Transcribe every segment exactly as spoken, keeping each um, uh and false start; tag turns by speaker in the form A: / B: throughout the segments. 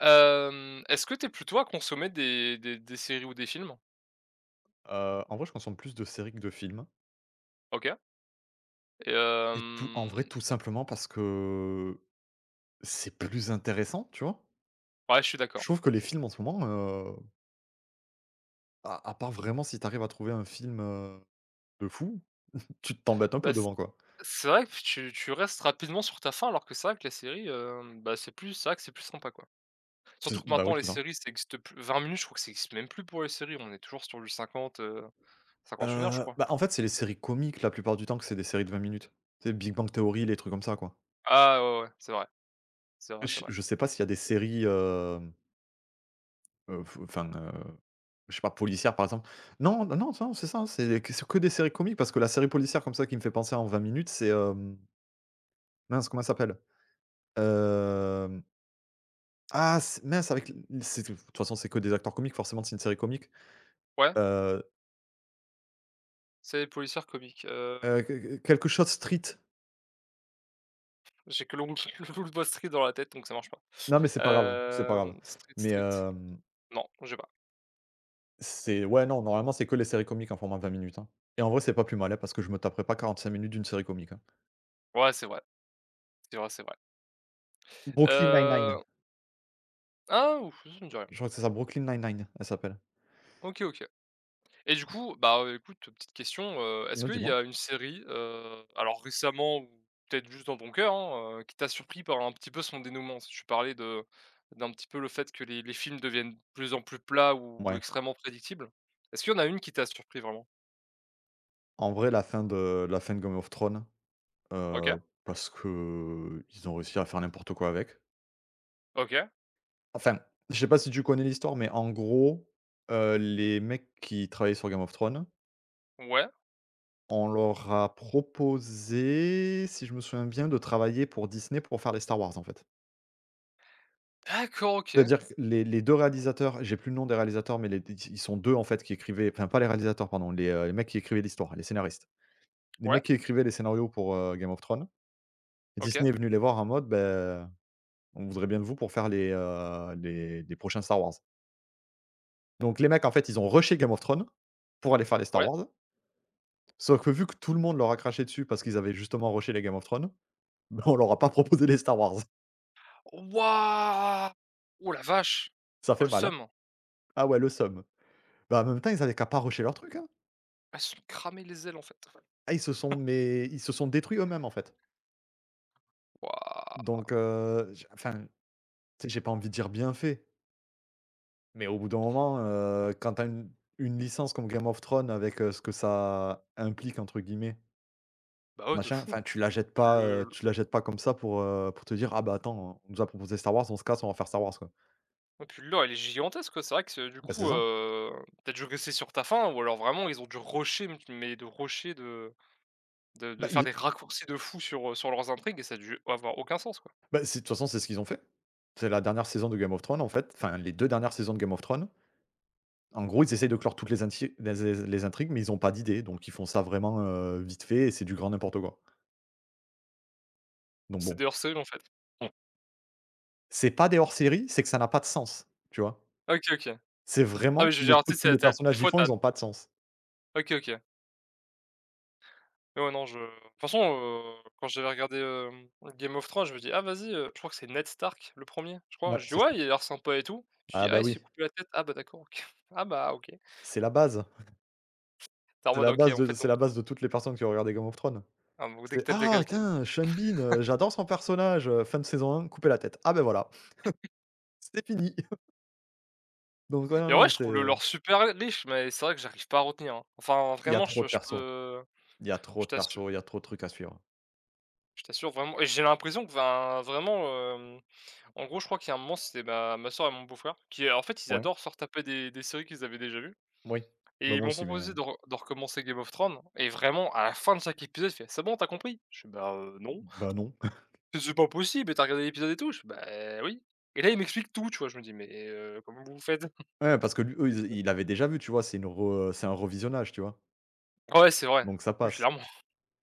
A: Hem, est-ce que t'es plutôt à consommer des des des séries ou des films?
B: Heu, en vrai, je consomme plus de séries que de films
A: OK. Et
B: et tout en vrai,
A: hem,
B: tout simplement parce que c'est plus intéressant, tu vois?
A: Ouais, je suis
B: Je
A: d'accord.
B: trouve que les films en ce moment, heu, à à part vraiment si tu arrives à trouver un film, heu, de fou, tu t'embêtes un
A: Bah,
B: peu
A: c
B: devant, quoi.
A: c'est vrai que tu tu restes rapidement sur ta fin, alors que c'est vrai que la série, hem, bah, c'est plus c'est vrai que c'est plus sympa, quoi. Surtout
B: C'est
A: que
B: bah,
A: maintenant
B: oui,
A: les
B: c'est ça.
A: séries, ça existe plus vingt minutes, je crois que ça existe même plus pour les séries, on est toujours sur du cinquante, heu, une heures, je
B: Heu,
A: crois.
B: bah, en fait, c'est les séries comiques la plupart du temps que c'est des séries de vingt minutes. Tu Big Bang Theory, les trucs comme ça, quoi.
A: Ah ouais, ouais, c'est vrai, c'est vrai, c'est
B: Je
A: vrai.
B: je sais pas s'il y a des séries. Heu, f enfin, heu, je sais pas, policière, par exemple. Non, non, non, non, c'est ça, hein, c'est que c'est que des séries comiques parce que la série policière comme ça qui me fait penser en vingt minutes, c'est, hem, mince, comment elle s'appelle? Hem, ah c Mince, avec l c'est de toute façon, c'est que des acteurs comiques, forcément, c'est une série comique.
A: Ouais,
B: Heu
A: c'est policières, comique. Heu,
B: heu, qu Quelque chose Street.
A: j'ai que le Wolf le Wolf Wall Street dans la tête, donc ça marche pas.
B: Non, mais c'est pas grave, c'est pas grave.
A: Hem, Street
B: Mais,
A: Street?
B: hem,
A: Non, j'ai pas.
B: c'est ouais, non, normalement, c'est que les séries comiques en format vingt minutes, hein. Et en vrai, c'est pas plus mal, hein, parce que je me taperai pas quarante-cinq minutes d'une série comique, hein.
A: Ouais, c'est vrai. C'est vrai, c'est vrai.
B: Brooklyn Nine-Nine.
A: Heu, ah ouf, ça me dit rien.
B: Je crois que c'est ça, Brooklyn Nine-Nine, elle s'appelle.
A: OK, OK. Et du coup, bah, heu, écoute, petite question, heu, est-ce
B: Non,
A: qu'il y
B: dis-moi?
A: a une série, heu, alors récemment ou peut-être juste dans ton cœur, hein, heu, qui t'a surpris par un petit peu son dénouement? Si tu parlais de d'un petit peu le fait que les les films deviennent de plus en plus plats ou
B: Ouais.
A: extrêmement prédictibles. Est-ce qu'il y en a une qui t'a surpris vraiment?
B: En vrai, la fin de la fin de Game of Thrones, heu,
A: OK,
B: parce que ils ont réussi à faire n'importe quoi avec.
A: OK,
B: Enfin, je sais pas si tu connais l'histoire, mais en gros, heu, les mecs qui travaillaient sur Game of Thrones,
A: ouais,
B: on leur a proposé, si je me souviens bien, de travailler pour Disney pour faire les Star Wars, en fait.
A: d'accord, OK,
B: C'est-à-dire que les les deux réalisateurs, j'ai plus le nom des réalisateurs, mais les ils sont deux en fait qui écrivaient enfin pas les réalisateurs pardon, les, heu, les mecs qui écrivaient l'histoire, les scénaristes. Les
A: ouais,
B: mecs qui écrivaient les scénarios pour, heu, Game of Thrones.
A: OK,
B: Disney est venu les voir en mode, ben on voudrait bien de vous pour faire les, heu, les les prochains Star Wars. Donc les mecs, en fait, ils ont rushé Game of Thrones pour aller faire les Star
A: ouais.
B: Wars. Sauf que vu que tout le monde leur a craché dessus parce qu'ils avaient justement rushé les Game of Thrones, bah, on leur a pas proposé les Star Wars.
A: Waouh! Oh la vache!
B: Ça
A: Oh
B: fait
A: le
B: mal, hein.
A: seum!
B: Ah ouais, le seum. Bah, en même temps, ils avaient qu'à pas rusher leur truc, hein.
A: Elles se sont cramées les ailes en fait.
B: Ah, ils se sont mais ils se sont détruits eux-mêmes, en fait.
A: Waouh!
B: Donc heu, j enfin, tu sais, j'ai pas envie de dire bien fait, mais au bout d'un moment, heu, quand t'as une une licence comme Game of Thrones avec, heu, ce que ça «implique» entre guillemets
A: Bah ouais, de
B: machin,
A: fou.
B: enfin tu la jettes
A: Puis
B: pas, heu,
A: le
B: tu la jettes pas comme ça pour, heu, pour te dire: «Ah bah attends, on nous a proposé Star Wars, on se casse, on va faire Star Wars quoi».
A: Ouais, puis l'or, il est gigantesque, ouais. C'est vrai que c'est du
B: Bah c'est
A: coup,
B: ça.
A: heu, tu dû rester sur ta faim ou alors vraiment ils ont dû rusher, mais mais de rusher, de de de
B: Bah
A: faire
B: ils
A: des raccourcis de fou sur, heu, sur leurs intrigues et ça a dû avoir aucun sens, quoi.
B: bah c'est de toute façon c'est ce qu'ils ont fait. C'est la dernière saison de Game of Thrones en fait, enfin les deux dernières saisons de Game of Thrones. En gros, ils essayent de clore toutes les inti les les les intrigues, mais ils ont pas d'idée donc ils font ça vraiment, heu, vite fait et c'est du grand n'importe quoi. Donc
A: C'est
B: bon,
A: des hors-séries, en fait? Bon.
B: c'est pas des hors-séries, c'est que ça n'a pas de sens, tu vois?
A: OK, OK.
B: C'est
A: Ah, mais
B: vraiment
A: je
B: que
A: veux
B: les
A: dire, tu
B: trucs que
A: sais, c'est
B: les
A: tu des
B: personnages y
A: fois,
B: font,
A: t'as
B: ils ont pas de sens.
A: OK, OK. Mais ouais, non, je de toute façon, heu, quand j'avais regardé, hem, Game of Thrones, je me dis: «Ah vas-y», heu, je crois que c'est Ned Stark le premier je crois.
B: Ouais,
A: Je dis:
B: c'est ça.
A: «Ouais, il a l'air sympa et tout». Je dis:
B: Ah
A: «Ah,
B: bah
A: il s'est
B: oui,
A: coupé la tête. Ah bah d'accord, OK. Ah bah OK».
B: c'est la base.
A: Tu es en
B: C'est
A: mode:
B: la
A: «OK,
B: base
A: en
B: de
A: fait,
B: c'est
A: donc»
B: la base de toutes les personnes qui ont regardé Game of Thrones.
A: Ah bon, dès que
B: C'est
A: t'aimes
B: «Ah
A: quelqu'un
B: tin, Sean Bean, heu, j'adore son personnage, heu, fin de saison un, couper la tête. Ah ben voilà, c'est fini». Donc ouais, non,
A: mais ouais,
B: non,
A: je trouve le
B: c'est
A: lore super riche, mais c'est vrai que j'arrive pas à retenir, hein. Enfin,
B: il y a
A: vraiment,
B: trop
A: je
B: de
A: je
B: persos,
A: peux
B: il y a trop
A: je
B: de
A: t'assure
B: persos, il y a trop de trucs à suivre.
A: je t'assure vraiment et j'ai l'impression que, enfin, vraiment, hem, en gros, je crois qu'il y a un moment, c'était ma ma sœur et mon beau-frère qui, en fait, ils
B: Ouais,
A: adorent se retaper des des séries qu'ils avaient déjà vues
B: oui. Bah
A: et ils
B: moi
A: m'ont
B: aussi, mais
A: proposé
B: heu,
A: de re de recommencer Game of Thrones et vraiment, à la fin de chaque épisode, il fait: «C'est bon, t'as compris?» Je fais: «Bah, heu, non».
B: bah non.
A: «Mais c'est pas possible, mais tu regardé l'épisode et tout?» Je fais: «Bah, oui» et là, il m'explique tout, tu vois? Je me dis: «Mais heu, comment vous faites?»
B: Ouais, parce que lui eux, ils ils l'avaient déjà vu, tu vois? C'est une re c'est un revisionnage, tu vois?
A: Ouais, c'est vrai.
B: Donc ça
A: Oui,
B: passe.
A: clairement.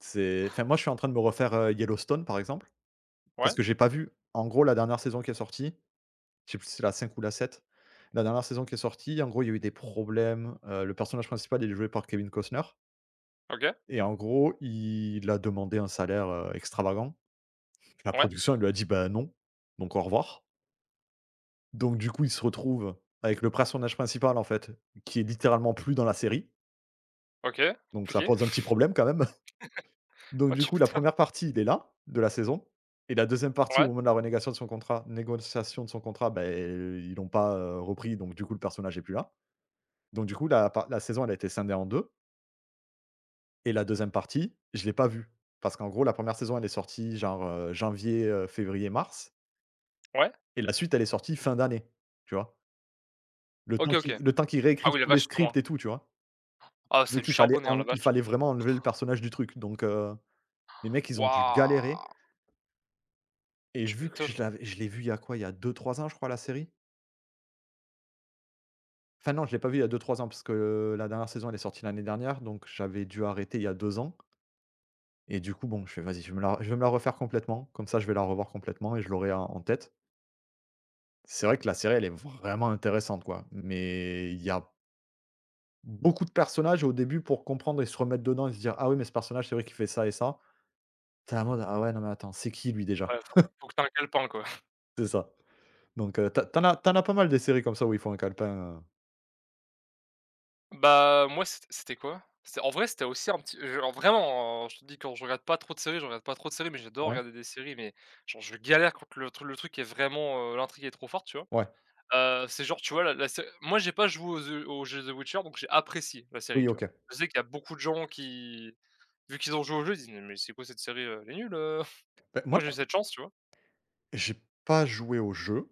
B: C'est enfin moi, je suis en train de me refaire, heu, Yellowstone, par exemple, parce
A: Ouais.
B: que j'ai pas vu. En gros, la dernière saison qui est sortie, je sais plus si c'est la cinq ou la sept. La dernière saison qui est sortie, en gros, il y a eu des problèmes, heu, le personnage principal, il est joué par Kevin Costner.
A: OK.
B: Et en gros, il a demandé un salaire, heu, extravagant. La
A: Ouais,
B: production, elle lui a dit: «Bah, non, donc au revoir». Donc du coup, il se retrouve avec le personnage principal, en fait, qui est littéralement plus dans la série,
A: OK,
B: donc ça
A: compliqué.
B: pose un petit problème quand même. Donc
A: Ouais,
B: du
A: tu
B: coup, la
A: m'étonnes.
B: première partie, il est là, de la saison et la deuxième partie, au
A: Ouais,
B: moment de la renégation de son contrat négociation de son contrat, ben ils l'ont pas, heu, repris, donc du coup, le personnage est plus là. Donc du coup, la par la saison, elle a été scindée en deux. Et la deuxième partie, je l'ai pas vue. Parce qu'en gros, la première saison, elle est sortie genre, heu, janvier, heu, février, mars
A: ouais.
B: et la suite, elle est sortie fin d'année, tu vois? Le temps
A: OK, OK.
B: qui, le temps qu'ils
A: Ah
B: réécrivent
A: oui, la
B: tous les
A: vache, c'est loin.
B: scripts et tout, tu vois?
A: Ah,
B: Vu
A: c'est du
B: qu'il fallait
A: charbonné, hein, la
B: en il
A: vache.
B: fallait vraiment enlever le personnage du truc donc heu, les mecs, ils ont dû galérer
A: Waouh!
B: et
A: Tu
B: vu que je
A: m'étonnes.
B: l'avais je l'ai vu il y a quoi? Il y a deux trois ans, je crois, la série? Enfin non, je l'ai pas vu il y a deux trois ans parce que, heu, la dernière saison, elle est sortie l'année dernière donc j'avais dû arrêter il y a deux ans et du coup, bon, je fais: «Vas-y, je vais me la je vais me la refaire complètement, comme ça, je vais la revoir complètement et je l'aurai en en tête». C'est vrai que la série, elle est vraiment intéressante, quoi. Mais il y a beaucoup de personnages au début pour comprendre et se remettre dedans et se dire: «Ah oui, mais ce personnage, c'est vrai qu'il fait ça et ça». T'es es en mode: «Ah ouais, non mais attends, c'est qui lui déjà?»
A: Ouais, faut faut que tu aies un calepin, quoi.
B: C'est ça. Donc heu, tu as tu as tu as pas mal des séries comme ça où ils font un calepin, heu
A: Bah, moi, c'ét c'était quoi? C'est en vrai, c'était aussi un petit genre vraiment, hein, je te dis quand je regarde pas trop de séries, je regarde pas trop de séries, mais j'adore
B: ouais?
A: regarder des séries, mais genre je galère quand le tru le truc est vraiment, heu, l'intrigue est trop forte, tu vois?
B: Ouais.
A: Heu, c'est genre, tu vois, la la sé moi, j'ai pas joué aux The aux jeux The Witcher, donc j'ai apprécié la série,
B: Oui,
A: tu vois?
B: OK.
A: Je sais qu'il y a beaucoup de gens qui, vu qu'ils ont joué au jeu, ils disent: «Mais mais c'est quoi cette série, heu, elle est nulle, heu».
B: Bah, moi,
A: Moi, j'ai eu cette chance, tu vois?
B: j'ai pas joué au jeu.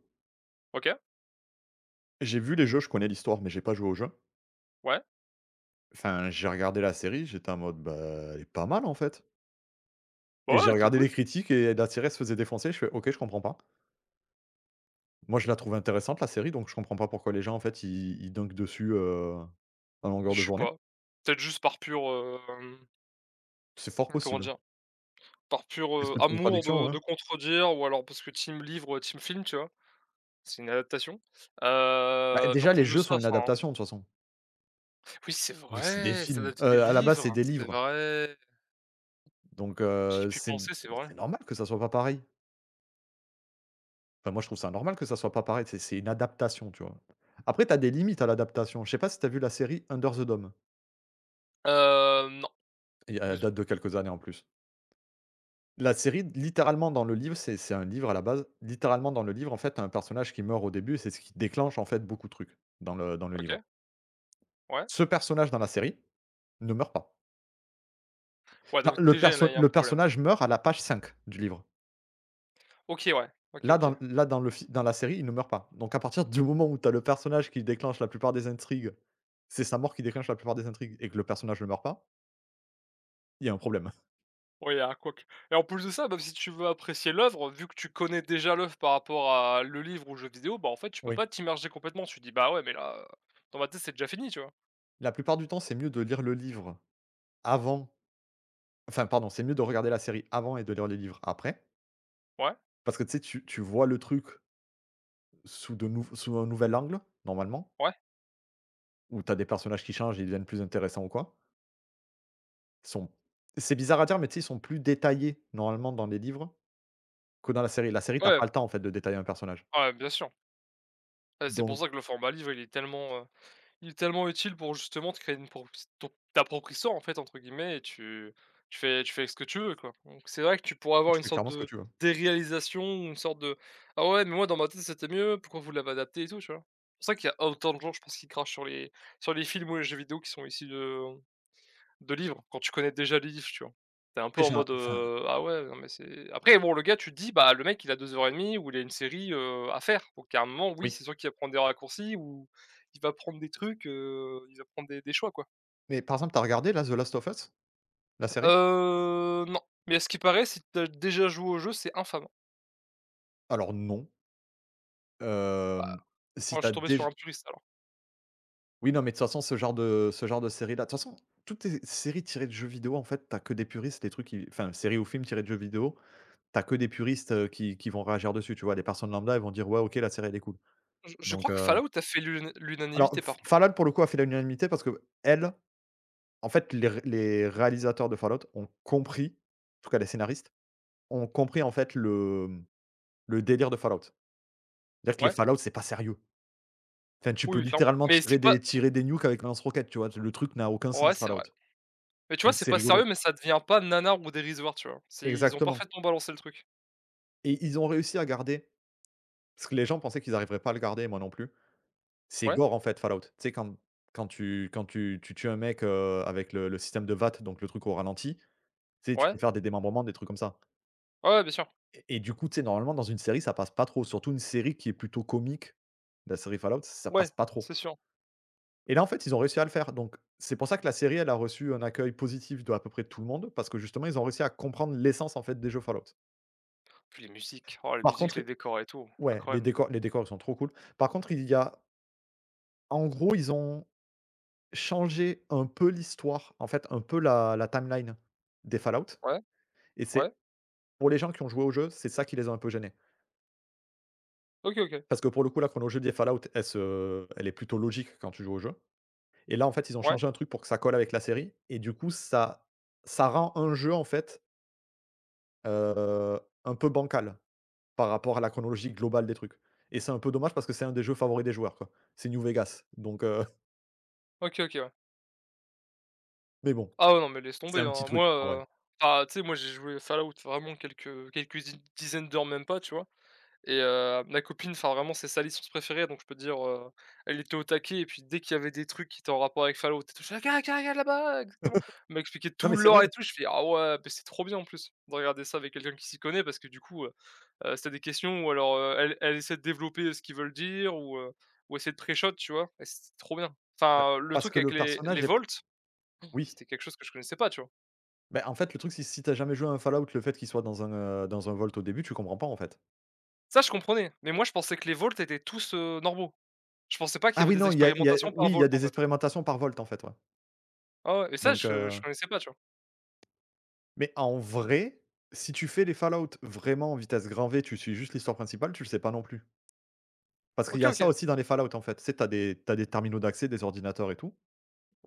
A: OK,
B: J'ai vu les jeux, je connais l'histoire, mais j'ai pas joué au jeu.
A: ouais,
B: Enfin, j'ai regardé la série, j'étais en mode: «Bah, elle est pas mal, en fait»
A: bah,
B: et j'ai
A: ouais, c'était
B: regardé
A: cool.
B: les critiques et la série, elle se faisait défoncer, je fais: «OK, je comprends pas». Moi, je la trouve intéressante la série, donc je comprends pas pourquoi les gens en fait ils ils dunkent dessus, heu, à longueur de
A: Je sais
B: journée.
A: pas, peut-être juste par pur, hem,
B: C'est fort
A: comment
B: possible.
A: dire? Par pur, heu,
B: Esprit de
A: amour
B: contradiction,
A: de
B: ouais.
A: de contredire ou alors parce que team livre, heu, team film, tu vois? C'est une adaptation.
B: Bah,
A: Heu, mais en
B: déjà les
A: plus de
B: jeux
A: ça,
B: sont une
A: enfin
B: adaptation de toute façon,
A: oui, c'est
B: vu que c'est des
A: vrai, c'est
B: films.
A: adapté des
B: Heu, à la base, c'est
A: livres,
B: des
A: c'est
B: livres,
A: vrai.
B: donc
A: J'y ai
B: heu,
A: pu
B: c'est
A: penser, c'est vrai.
B: c'est normal que ça soit pas pareil. Enfin, moi, je trouve ça normal que ça soit pas pareil, c'est c'est une adaptation, tu vois? Après, tu as des limites à l'adaptation. Je sais pas si tu as vu la série Under the Dome?
A: Hem
B: Et elle
A: Des os.
B: date de quelques années en plus. La série, littéralement dans le livre, c'est c'est un livre à la base. Littéralement dans le livre, en fait, tu un personnage qui meurt au début, c'est ce qui déclenche, en fait, beaucoup de trucs dans le dans le livre.
A: OK, ouais.
B: Ce personnage dans la série ne meurt pas.
A: Ouais,
B: Genre
A: donc
B: le
A: déjà, il y en a
B: perso
A: il y a un
B: le
A: problème.
B: personnage meurt à la page cinq du livre.
A: OK, ouais. OK,
B: Là
A: OK.
B: dans là dans le fi dans la série, il ne meurt pas. Donc à partir du moment où tu as le personnage qui déclenche la plupart des intrigues, c'est sa mort qui déclenche la plupart des intrigues et que le personnage ne meurt pas, il y a un problème.
A: Ouais, il y a un couac et en plus de ça, même si tu veux apprécier l'œuvre, vu que tu connais déjà l'œuvre par rapport à le livre ou le jeu vidéo, bah, en fait, tu peux
B: Oui.
A: pas t'immerger complètement. Tu te dis: «Bah, ouais, mais là, heu, dans ma tête, c'est déjà fini», tu vois?
B: La plupart du temps, c'est mieux de lire le livre avant enfin pardon, c'est mieux de regarder la série avant et de lire les livres après.
A: Ouais,
B: Parce que tu sais, tu tu vois le truc sous de nou sous un nouvel angle, normalement,
A: ouais,
B: où tu as des personnages qui changent et ils deviennent plus intéressants ou quoi. Ils sont c'est bizarre à dire, mais tu sais, ils sont plus détaillés, normalement, dans les livres que dans la série. La série, t'as
A: ouais,
B: pas le temps, en fait, de détailler un personnage.
A: ouais, bien sûr. Heu, c'est pour
B: Donc,
A: ça que le format livre, il est tellement, heu Il est tellement utile pour justement te créer une propri ton «t'appropries ça» en fait entre guillemets et tu tu fais tu fais ce que tu veux quoi. Donc c'est vrai que tu pourrais avoir
B: tu
A: une
B: fais
A: sorte
B: clairement ce que
A: de
B: tu veux.
A: déréalisation ou une sorte de: «Ah ouais, mais moi dans ma tête c'était mieux, pourquoi vous l'avez adapté?» et tout, tu vois? C'est pour ça qu'il y a autant de gens je pense qui crachent sur les sur les films ou les jeux vidéo qui sont issus de de livres, quand tu connais déjà les livres, tu vois? Tu es un peu
B: Et
A: en
B: j'ai un
A: mode,
B: enfin,
A: heu: «Ah ouais, non mais c'est» après bon, le gars, tu te dis: «Bah, le mec, il a deux heures et demie ou il a une série, heu, à faire». Donc à un moment, oui,
B: oui.
A: c'est sûr qu'il va prendre des raccourcis ou il va prendre des trucs, heu, il va prendre des des choix, quoi.
B: Mais par exemple, t'as regardé, là, The Last of Us? La série?
A: Heu, non, mais à ce qui paraît, si tu déjà joué au jeu, c'est infâme, hein.
B: Alors non,
A: Bah,
B: hem, si
A: moi, je suis
B: t'as
A: tombé sur
B: déjà,
A: un puriste, alors.
B: oui, non, mais de toute façon, ce genre de ce genre de série-là de toute façon, toutes les séries tirées de jeux vidéo, en fait, t'as que des puristes, des trucs qui enfin, séries ou films tirés de jeux vidéo, t'as que des puristes, heu, qui qui vont réagir dessus, tu vois? Les personnes lambda, elles vont dire: «Ouais, OK, la série, elle est cool».
A: Je je
B: Donc
A: crois que
B: heu,
A: Fallout a fait l'una
B: alors
A: l'unanimité, par
B: F
A: contre, hein.
B: Fallout, pour le coup, a fait l'unanimité parce que qu'elle, en fait, les ré les réalisateurs de Fallout ont compris, en tout cas les scénaristes, ont compris, en fait, le, mmh, le délire de Fallout. C'est-à-dire que les
A: Ouais,
B: Fallout, c'est pas sérieux. Enfin, tu peux
A: oui, clairement,
B: littéralement
A: mais
B: tirer
A: c'est pas
B: des tirer des nukes avec un lance-roquettes, tu vois? Le truc n'a aucun
A: ouais,
B: sens,
A: c'est
B: Fallout.
A: vrai. Mais tu vois,
B: Donc
A: c'est
B: c'est
A: pas
B: rigolo.
A: sérieux, mais ça devient pas nanar ou dérisoire, tu vois? C'est Ils ont
B: Exactement,
A: parfaitement balancé le truc.
B: et ils ont réussi à garder parce que les gens pensaient qu'ils arriveraient pas à le garder, moi non plus. C'est
A: Ouais?
B: gore en fait Fallout. Tu sais quand quand tu quand tu tu tues un mec, heu, avec le le système de V A T E, donc le truc au ralenti, tu sais, tu peux
A: Ouais.
B: faire des démembrements, des trucs comme ça,
A: Ouais, ouais, bien sûr.
B: et et du coup, tu sais, normalement dans une série, ça passe pas trop, surtout une série qui est plutôt comique, la série Fallout, ça
A: Ouais,
B: passe pas trop,
A: c'est sûr.
B: et là, en fait, ils ont réussi à le faire donc c'est pour ça que la série, elle a reçu un accueil positif de à peu près tout le monde parce que justement, ils ont réussi à comprendre l'essence en fait des jeux Fallout.
A: Puis les musiques, oh les
B: Par
A: musiques, les
B: contre,
A: décors et tout,
B: ouais, les
A: incroyable.
B: décors les décors, ils sont trop cool. Par contre, il y a en gros, ils ont changer un peu l'histoire, en fait, un peu la la timeline des Fallout,
A: Ouais,
B: et c'est
A: ouais,
B: pour les gens qui ont joué au jeu, c'est ça qui les a un peu gênés.
A: OK, OK.
B: Parce que pour le coup, la chronologie des Fallout, elle se elle est plutôt logique quand tu joues au jeu, et là, en fait, ils ont
A: Ouais,
B: changé un truc pour que ça colle avec la série et du coup, ça ça rend un jeu, en fait, heu, un peu bancal par rapport à la chronologie globale des trucs, et c'est un peu dommage parce que c'est un des jeux favoris des joueurs, quoi. C'est New Vegas donc heu,
A: OK, OK, ouais.
B: mais bon,
A: Ah ouais, non mais laisse
B: c'est
A: tomber,
B: un petit
A: hein.
B: truc
A: Moi,
B: en vrai.
A: heu, enfin, tu sais, moi j'ai joué Fallout vraiment quelques quelques di dizaines d'heures, même pas, tu vois? Et heu, ma copine, enfin vraiment, c'est sa licence préférée, donc je peux te dire, heu, elle était au taquet et puis dès qu'il y avait des trucs qui étaient en rapport avec Fallout et tout, je fais: «Ah, «Regarde, regarde, regarde là-bas!» exactement. Elle m'a expliqué
B: Non,
A: tout
B: mais
A: le
B: c'est vrai,
A: lore et tout, je fais: «Ah ouais, beh, c'est trop bien en plus de regarder ça avec quelqu'un qui s'y connaît» parce que du coup, heu Heu, c'était des questions où alors, heu, elle elle essaie de développer, heu, ce qu'ils veulent dire ou, heu, ou essayer de pré-shot, tu vois? Et c'était trop bien. Enfin, le
B: parce
A: truc
B: que
A: avec
B: le
A: les les
B: personnage est
A: volts,
B: oui.
A: c'était quelque chose que je connaissais pas, tu vois?
B: Beh, en fait, le truc, c'est si t'as jamais joué à un Fallout, le fait qu'il soit dans un, heu, dans un vault au début, tu comprends pas, en fait.
A: Ça, je comprenais, mais moi, je pensais que les volts étaient tous, heu, normaux. Je pensais pas qu'il
B: Ah
A: y
B: oui,
A: avait des
B: non, il y a il y a
A: expérimentations par
B: oui, il y
A: vault,
B: a
A: en
B: des
A: fait.
B: expérimentations par vault, en fait, ouais.
A: Ah ouais et ça,
B: Donc
A: je je
B: heu,
A: connaissais pas, tu vois?
B: mais en vrai, si tu fais les Fallout vraiment en vitesse grand V, tu suis juste l'histoire principale, tu le sais pas non plus. Parce qu'il y
A: OK,
B: a ça
A: OK.
B: aussi dans les Fallout, en fait. Tu sais, tu des t'as des terminaux d'accès, des ordinateurs et tout,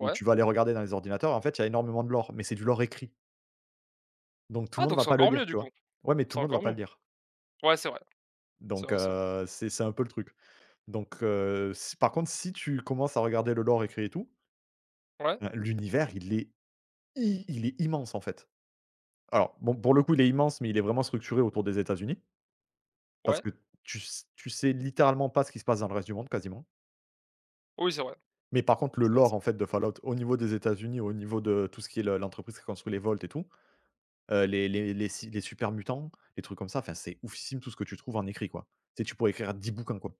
B: où tu vas aller regarder dans les ordinateurs, en fait, il y a énormément de lore, mais c'est du lore écrit. Donc tout
A: Ah
B: le monde
A: donc
B: va
A: c'est
B: pas le
A: encore mieux,
B: lire,
A: du
B: tu
A: coup.
B: vois? Ouais, mais tout
A: C'est
B: le monde va
A: encore
B: pas
A: mieux.
B: le lire.
A: Ouais, c'est vrai. C'est
B: Donc
A: vrai, c'est vrai.
B: heu, c'est c'est un peu le truc. Donc heu, si par contre, si tu commences à regarder le lore écrit et tout,
A: Ouais,
B: heu, l'univers, il est i il est immense, en fait. Alors, bon, pour le coup, il est immense, mais il est vraiment structuré autour des États-Unis parce
A: ouais.
B: que tu s tu sais littéralement pas ce qui se passe dans le reste du monde, quasiment.
A: Oui, c'est vrai.
B: Mais par contre, le
A: C'est vrai,
B: lore,
A: c'est
B: en
A: vrai.
B: fait, de Fallout au niveau des États-Unis, au niveau de tout ce qui est le l'entreprise qui construit les Vaults et tout, heu, les les les si les super mutants, les trucs comme ça, enfin, c'est oufissime tout ce que tu trouves en écrit, quoi. Tu sais, tu pourrais écrire dix bouquins, quoi.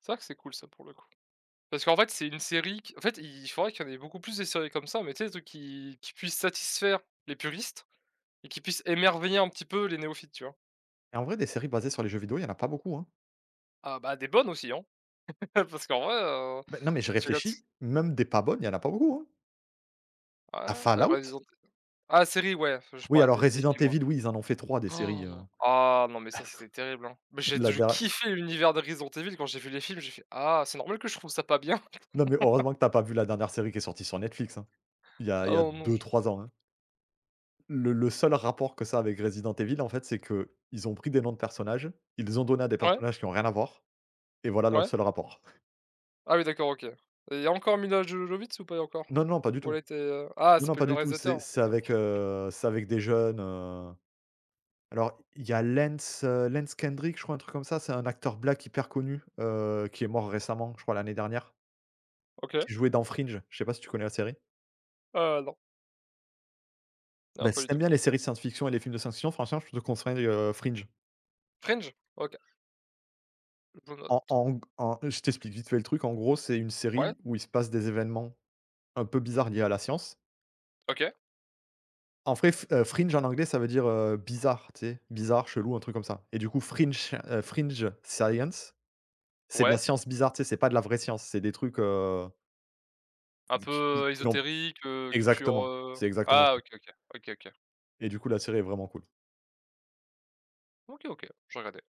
A: C'est vrai que c'est cool ça, pour le coup. Parce qu'en fait, c'est une série qui en fait, il faudrait qu'il y en ait beaucoup plus des séries comme ça, mais tu sais, des trucs qui qui puissent satisfaire les puristes et qui puissent émerveiller un petit peu les néophytes, tu vois?
B: Et en vrai, des séries basées sur les jeux vidéo, il y en a pas beaucoup, hein.
A: Ah bah, des bonnes aussi, hein, parce qu'en vrai, heu,
B: Bah, non, mais je
A: tu regardes
B: réfléchis, même des pas bonnes, il y en a pas beaucoup, hein.
A: ouais,
B: À
A: heu,
B: Fallout?
A: Resident ah série, ouais, je
B: Oui,
A: parlais
B: alors
A: des des
B: Resident
A: films, ouais.
B: Evil, oui, ils en ont fait trois des séries, heu,
A: Oh, Ah non, mais ça, c'était terrible, hein. Mais j'ai
B: la
A: je
B: der
A: kiffais l'univers de Resident Evil quand j'ai vu les films, j'ai fait: «Ah, c'est normal que je trouve ça pas bien».
B: non, mais heureusement que t'as pas vu la dernière série qui est sortie sur Netflix, hein. Il y a
A: Ah
B: il y a
A: non, non,
B: deux
A: je
B: trois ans, hein. Le le seul rapport que ça a avec Resident Evil, en fait, c'est que ils ont pris des noms de personnages, ils les ont donnés à des
A: ouais,
B: personnages qui ont rien à voir, et voilà leur
A: ouais.
B: seul rapport.
A: Ah oui, d'accord, OK. Et il y a encore Mila Jovovich ou pas encore?
B: Non, non, pas du
A: Ou
B: tout.
A: elle était, heu ah, ça
B: Non, non,
A: s'appelle
B: pas
A: le
B: du tout.
A: réalisateur?
B: C'est c'est
A: OK,
B: avec,
A: OK.
B: heu, c'est avec des jeunes, heu, alors il y a Lance, heu, Lance Kendrick, je crois, un truc comme ça. C'est un acteur black hyper connu, heu, qui est mort récemment, je crois l'année dernière,
A: OK,
B: qui jouait dans Fringe. Je sais pas si tu connais la série?
A: heu, non, non,
B: Bah,
A: pas
B: si
A: du
B: t'aimes
A: tout.
B: bien les séries de science-fiction et les films de science-fiction, franchement, je te conseille, heu, Fringe.
A: Fringe? OK, je
B: En
A: note.
B: en g en je t'explique vite fait le truc. En gros, c'est une
A: Ouais,
B: série où il se passe des événements un peu bizarres liés à la science.
A: OK,
B: En vrai, f heu, Fringe en anglais, ça veut dire, heu, bizarre, tu sais? Bizarre, chelou, un truc comme ça. Et du coup, Fringe, heu, Fringe Science, c'est de la
A: ouais,
B: science bizarre, tu sais? C'est pas de la vraie science, c'est des trucs, heu,
A: un
B: qui qui
A: peu,
B: qui
A: heu,
B: n'ont
A: ésotérique, heu, culture,
B: exactement,
A: heu
B: c'est exactement
A: ah
B: ça.
A: OK, OK, OK, OK.
B: Et du coup, la série est vraiment cool.
A: OK, OK, je regarderai.